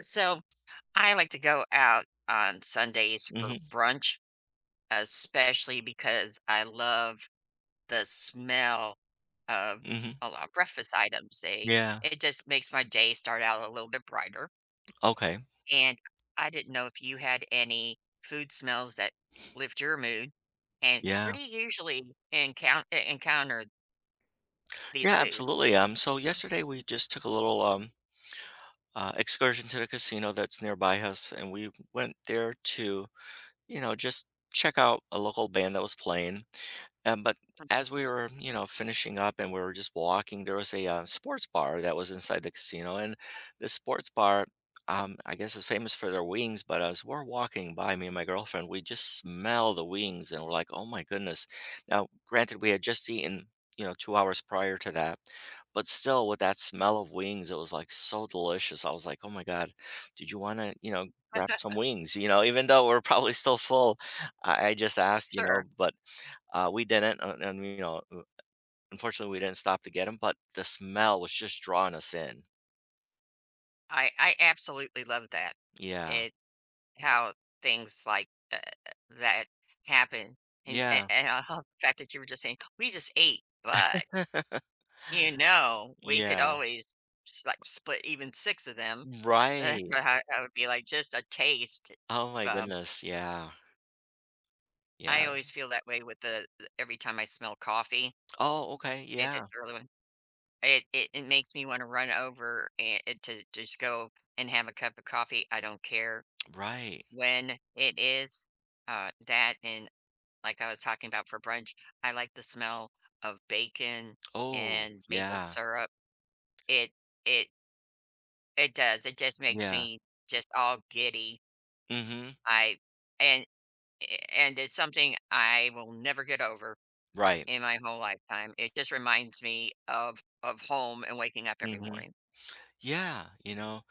So I like to go out on Sundays for Mhm, brunch, especially because I love the smell of mhm. a lot of breakfast items. They Yeah, It just makes my day start out a little bit brighter. okay. And I didn't know if you had any food smells that lift your mood. And where Yeah. do you usually encounter these Yeah, foods? absolutely, so yesterday we just took a little, excursion to the casino that's nearby us, and we went there to just check out a local band that was playing. But Mhm. as we were, finishing up and we were just walking, there was a sports bar that was inside the casino, and the sports bar, I guess, is famous for their wings. But as we're walking by, me and my girlfriend, we just smell the wings, and we're like, "Oh my goodness!" Now, granted, we had just eaten, you know, 2 hours prior to that, but still, with that smell of wings, it was like so delicious. I was like, "Oh my god, did you want to?" Grab some wings, even though we're probably still full. I just asked, you Sure, know, but, we didn't, and unfortunately, we didn't stop to get them. But the smell was just drawing us in. I absolutely love that. Yeah. It How things like that happen, and Yeah. a and I love the fact that you were just saying, "We just ate, but, you know, we could Yeah. always split even 6 of them." That's Right. what I would be like, "Just a taste." Oh my Um, goodness, yeah. I Yeah. always feel that way with the every time I smell coffee, Oh, okay, if yeah. it's early one it makes me wanna run over and to just go and have a cup of coffee, I don't care Right. when it is, that and like I was talking about for brunch, I like the smell of bacon Oh, and maple yeah. syrup. It it it does. It just makes Yeah. me just all giddy. Mhm. I and and it's something I will never get over Right. in my whole lifetime. It just reminds me of home and waking up every Mhm. morning. Yeah, you know,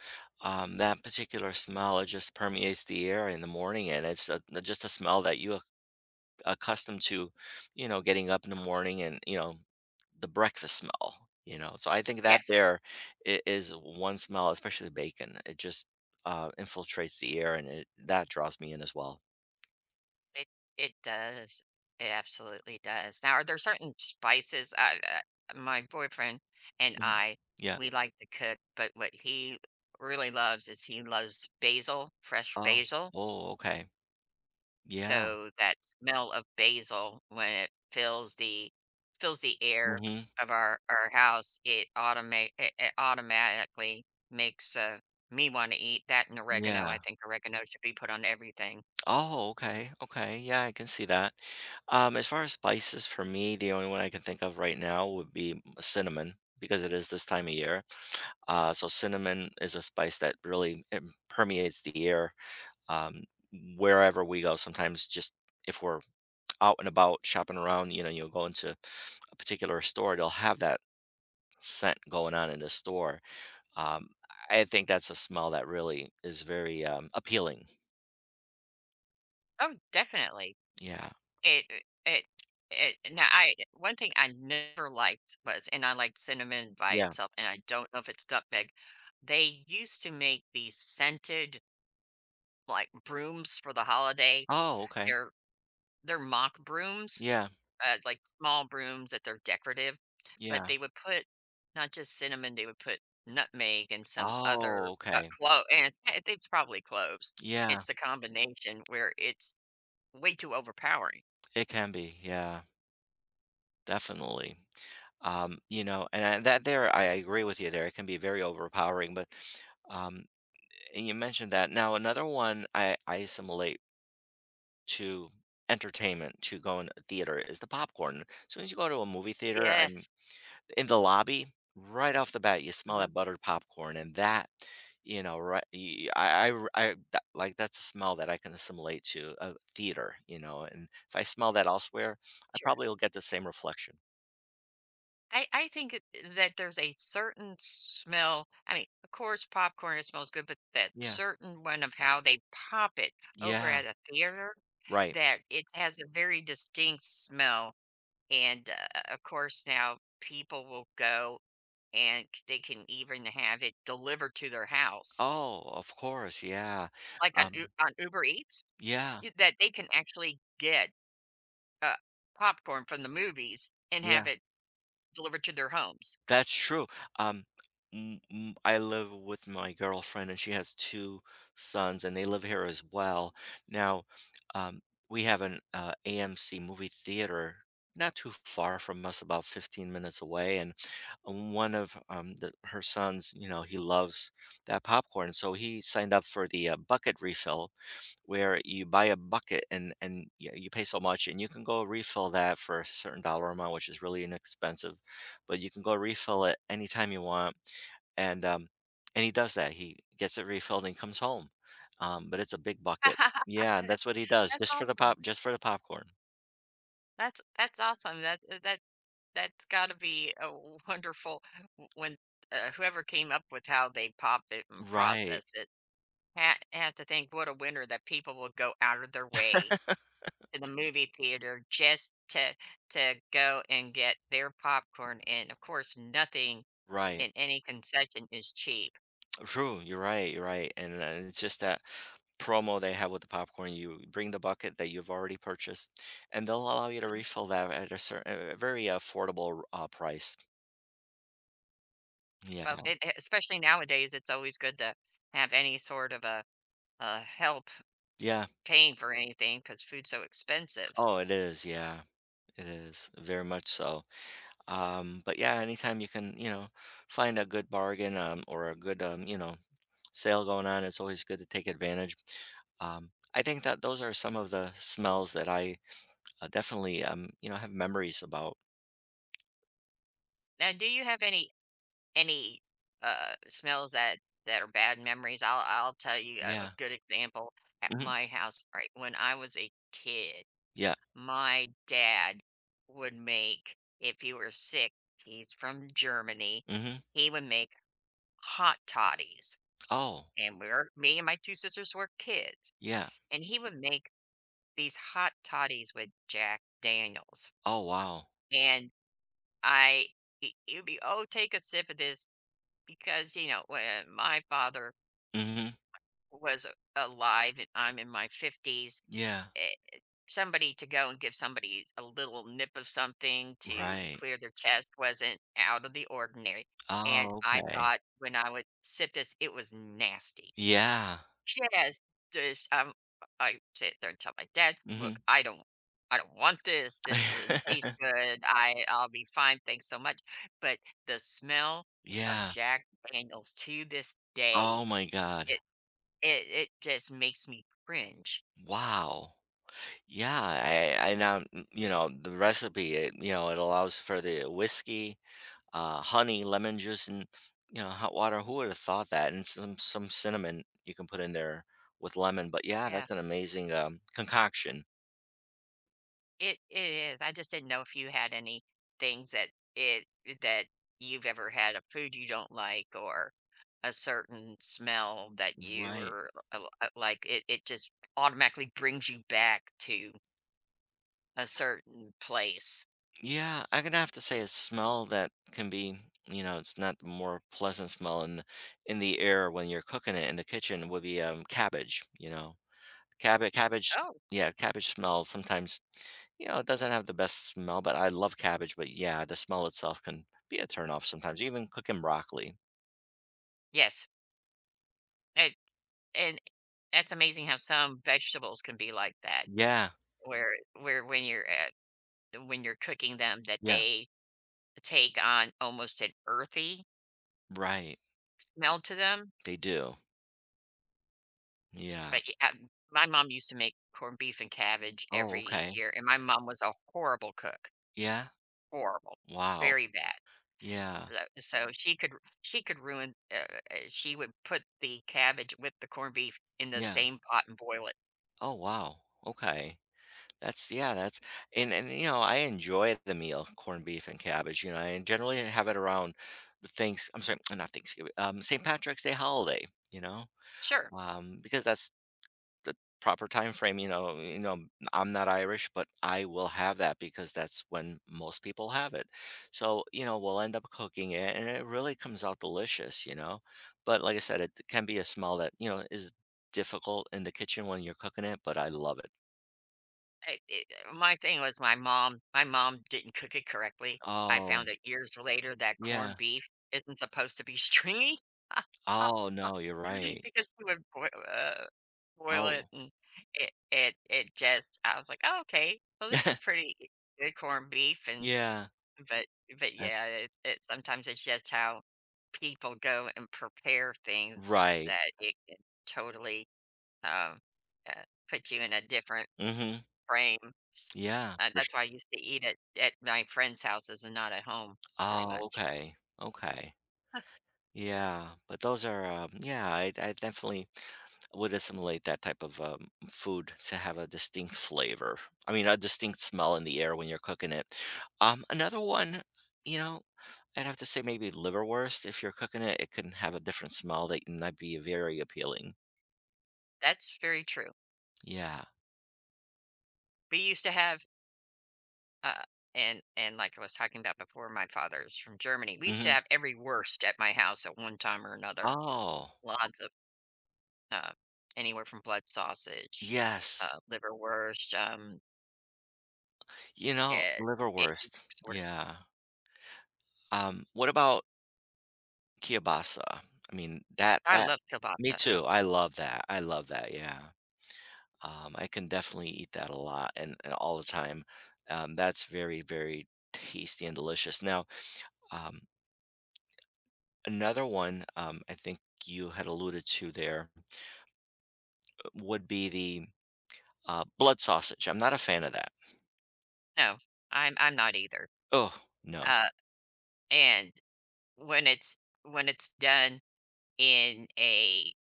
um, that particular smell, it just permeates the air in the morning, and it's a just a smell that you accustomed to, getting up in the morning and, the breakfast smell, you know? So I think that Yes. there is one smell, especially bacon. It just infiltrates the air and it, that draws me in as well. It it does. It absolutely does. Now, are there certain spices I my boyfriend and Mhm. I, Yeah. we like to cook, but what he really loves is he loves basil, fresh Oh, basil. oh, okay. Yeah. So that smell of basil when it fills the air Hmm. of our house, it it automatically makes me want to eat that and oregano. I Yeah. think oregano should be put on everything. Oh, okay. Okay. Yeah, I can see that. As far as spices, for me, the only one I can think of right now would be cinnamon because it is this time of year. So cinnamon is a spice that really permeates the air um, wherever we go. Sometimes just if we're out and about shopping around, you know, you'll go into a particular store, they'll have that scent going on in the store. Um, I think that's a smell that really is very appealing. Oh, definitely. Yeah. It it it Now I one thing I never liked was, and I liked cinnamon by Yeah. itself, and I don't know if it's nutmeg. They used to make these scented, like, brooms for the holiday. Oh, okay. They're they're mock brooms, Yeah. Like, small brooms that they're decorative, but Yeah. they would put not just cinnamon, they would put nutmeg and some Oh, other, okay. clove and it's I think it's probably cloves. Yeah. It's the combination where it's way too overpowering. It can be. Yeah. Definitely. You know, that there, I agree with you there. It can be very overpowering, but um, and you mentioned that. Now, another one I assimilate to entertainment, to go in a theater, is the popcorn. As soon as you go to a movie theater, I'm Yes. in the lobby, right off the bat, you smell Mhm. that buttered popcorn, and that, you know, right, y- I, r- I- that, like that's a smell that I can assimilate to a theater, you know, and if I smell that elsewhere, I Sure. probably will get the same reflection. I I think it- that there's a certain smell. I mean, of course, popcorn it smells good, but that Yeah. certain one of how they pop it over Yeah. at a theater Right. that it has a very distinct smell. And of course, now people will go and they can even have it delivered to their house, Oh, of course, yeah. like on Um, Uber Eats, yeah, that they can actually get uh, popcorn from the movies and yeah, have it delivered to their homes. that's true. Um, I live with my girlfriend, and she has two sons, and they live here as well. Now, um, we have an AMC movie theater not too far from us, about 15 minutes away, and one of her sons, you know, he loves that popcorn, so he signed up for the bucket refill where you buy a bucket and you pay so much and you can go refill that for a certain dollar amount, which is really inexpensive, but you can go refill it anytime you want. And um and he does that. He gets it refilled and comes home, but it's a big bucket. Yeah, that's what he does, That's just for the awesome. Popcorn. That's awesome. That that that's got to be a wonderful when whoever came up with how they pop it and Right. process it had, had to think what a winner that people will go out of their way to the movie theater just to go and get their popcorn. And of course, nothing Right. in any concession is cheap. True, you're right, and, it's just that promo they have with the popcorn, you bring the bucket that you've already purchased, and they'll allow you to Mhm. refill that at a certain a very affordable, price. Yeah. But e- especially nowadays, it's always good to have any sort of a help Yeah. paying for anything because food's so expensive. Oh, it is, yeah, it is, very much so. But, yeah, anytime you can, you know, find a good bargain, or a good, you know, sale going on, it's always good to take advantage. I think that those are some of the smells that I definitely, you know, have memories about. Now, do you have any any smells that that are bad memories, I'll tell you a Yeah. good example at Mm. my house, right? When I was a kid, Yeah. my dad would make if you were sick, he's from Germany, Mhm. he would make hot toddies, Oh, and we we're me and my 2 sisters were kids, yeah. and he would make these hot toddies with Jack Daniels, Oh, wow. and I it would be, "Oh, take a sip of this," because, you know, when my father Mhm. was a- alive and I'm in my 50s, Yeah. eh, somebody to go and give somebody a little nip of something to Right. clear their chest wasn't out of the ordinary, and Oh, I okay. thought when I would sip this, it was nasty. Yeah. Yes, this, um, I sit there and tell my dad, "Look, Mhm. I don't want this. This doesn't taste good. I'll be fine. Thanks so much." But the smell of Yeah. Jack Daniel's to this day Oh my god. It just makes me cringe. Wow. Yeah, I now, you know, the recipe, it, you know, it allows for the whiskey, honey, lemon juice, and, you know, hot water. Who would have thought that? And some cinnamon you can put in there with lemon. But yeah, Yeah, that's an amazing, concoction. It is. I just didn't know if you had any things that it that you've ever had a food you don't like or a certain smell that you Right. or like it just automatically brings you back to a certain place. Yeah, I'm gonna have to say a smell that can be, you know, it's not the more pleasant smell in the air when you're cooking it in the kitchen would be cabbage, you know. Cabbage, Oh, yeah, cabbage smell sometimes, you know, it doesn't have the best smell, but I love cabbage, but yeah, the smell itself can be a turnoff sometimes, even cooking broccoli. yes. And and that's amazing how some vegetables can be like that Yeah, where when when you're cooking them that yeah, they take on almost an earthy right. smell to them, They do. Yeah. but yeah, my mom used to make corned beef and cabbage Oh, every okay. year, and my mom was a horrible cook, Yeah. horrible, Wow. very bad. Yeah. So she could ruin, she would put the cabbage with the corned beef in the Yeah. same pot and boil it. Oh, wow. Okay. That's yeah, that's and, You know, I enjoy the meal, corned beef and cabbage, you know, I generally have it around the not Thanksgiving, St. Patrick's Day holiday, you know, Sure, because that's the proper time frame, you know, I'm not Irish, but I will have that because that's when most people have it. So, you know, we'll end up cooking it, and it really comes out delicious, you know? But like I said, it can be a smell that, you know, is difficult in the kitchen when you're cooking it, but I love it. I it my thing was my mom didn't cook it correctly. I Oh, found out years later that yeah. corned beef isn't supposed to be stringy. Oh, no, you're right. Because we would boil it Oh. and it just I was like, "Oh, okay. Well, this is pretty good corned beef," and Yeah, but but, that. yeah, it sometimes it's just how people go and prepare things Right. that it can totally, um, uh, put you in a different Mhm. frame. Yeah, for su That's why I used to eat at my friends' houses and not at home very Oh, much. okay. Okay. Yeah, but those are, yeah, I definitely would assimilate that type of, food to have a distinct flavor. I mean, a distinct smell in the air when you're cooking it. Another one, you know, I'd have to say maybe liverwurst. If you're cooking it, it can have a different smell that might be very appealing. That's very true. Yeah. We used to have Uh, and like I was talking about before, my father's from Germany. We used to Mhm. have every worst at my house at one time or another. Oh, Lots of uh, anywhere from blood sausage, yes. Liverwurst, You know, eh, any liverwurst. sort of. Yeah. What about kielbasa? I mean, that I that love me kielbasa. too. I love that. I love that. Yeah. I can definitely eat that a lot and all the time. That's very, very tasty and delicious. Now, um, another one I think you had alluded to there would be the blood sausage. I'm not a fan of that. No, I'm not either. Oh, no. Uh, and when it's done in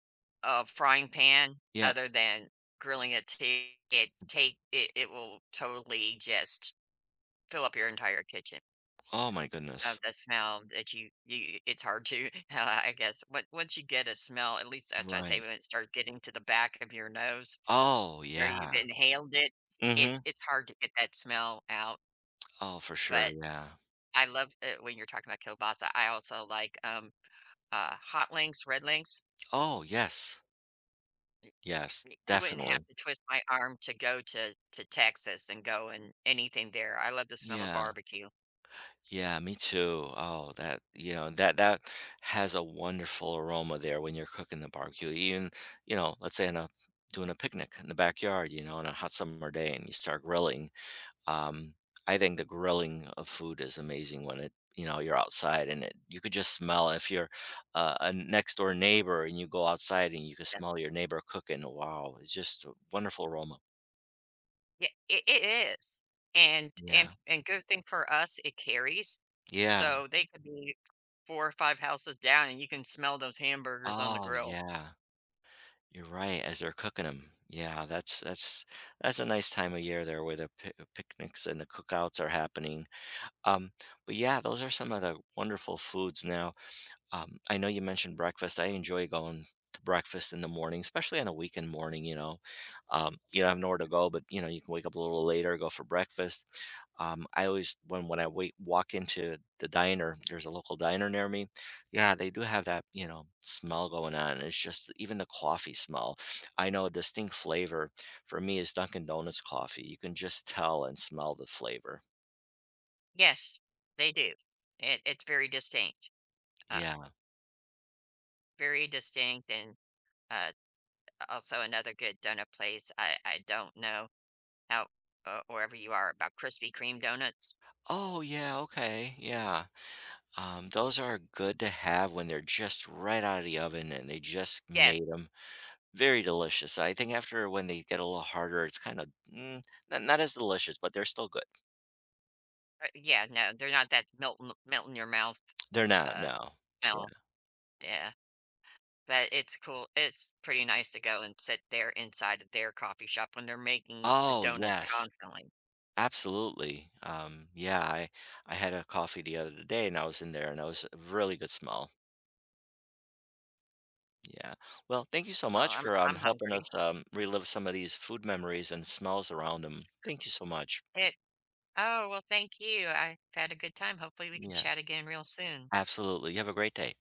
a frying pan, Yeah. other than grilling it, it it will totally just fill up your entire kitchen Oh, my of goodness. the smell that you it's hard to, I guess, but once you get a smell, at least that's what I say Right. when it starts getting to the back of your nose Oh, where yeah. you've inhaled it, Mm-hmm. It's hard to get that smell out, Oh, for sure. but Yeah. I love it when you're talking about kielbasa. I also like, hot links, red links. Oh, yes. Yes, Y You wouldn't have definitely. to twist my arm to go to Texas and go and anything there. I love the smell of Yeah. barbecue. Yeah, me too. Oh, that, you know, that that has a wonderful aroma there when you're cooking the barbecue. Even, you know, let's say in a doing a picnic in the backyard, you know, on a hot summer day and you start grilling. Um, I think the grilling of food is amazing when it, you know, you're outside and it, you could just smell if you're a next door neighbor and you go outside and you can smell your neighbor cooking. Wow, it's just a wonderful aroma. Yeah, it is, and Yeah. Good thing for us, it carries, Yeah. so they could be 4 or 5 houses down, and you can smell those hamburgers on the Oh, grill. yeah. You're right, as they're cooking them. Yeah, that's a nice time of year there where the pi picnics and the cookouts are happening. Um, but yeah, those are some of the wonderful foods now. I know you mentioned breakfast. I enjoy going to breakfast in the morning, especially on a weekend morning, you know. You don't have nowhere to go, but, you know, you can wake up a little later, go for breakfast. I always when I wait walk into the diner. There's a local diner near me. Yeah, they do have that, you know, smell going on. It's just even the coffee smell. I know a distinct flavor for me is Dunkin' Donuts coffee. You can just tell and smell the flavor. Yes, they do. It's uh, Yeah. very distinct, and, uh, also another good donut place, I don't know how wherever you are about Krispy Kreme donuts. Oh yeah, okay. Yeah. Those are good to have when they're just right out of the oven and they just made Yes, them. Very delicious. I think after when they get a little harder, it's kind of mm, not, not as delicious, but they're still good. Yeah, no, they're not that melt in your mouth, They're not, uh, no. Yeah. smell, yeah. But it's pretty nice to go and sit there inside of their coffee shop when they're making the Oh, donuts yes. constantly. Absolutely. I had a coffee the other day and I was in there and it was a really good smell. Yeah. Well, thank you so Well, much for I'm helping hungry. us relive some of these food memories and smells around them. Thank you so much. It Oh, well, thank you. I've had a good time. Hopefully, we can Yeah, chat again real soon. absolutely. You have a great day.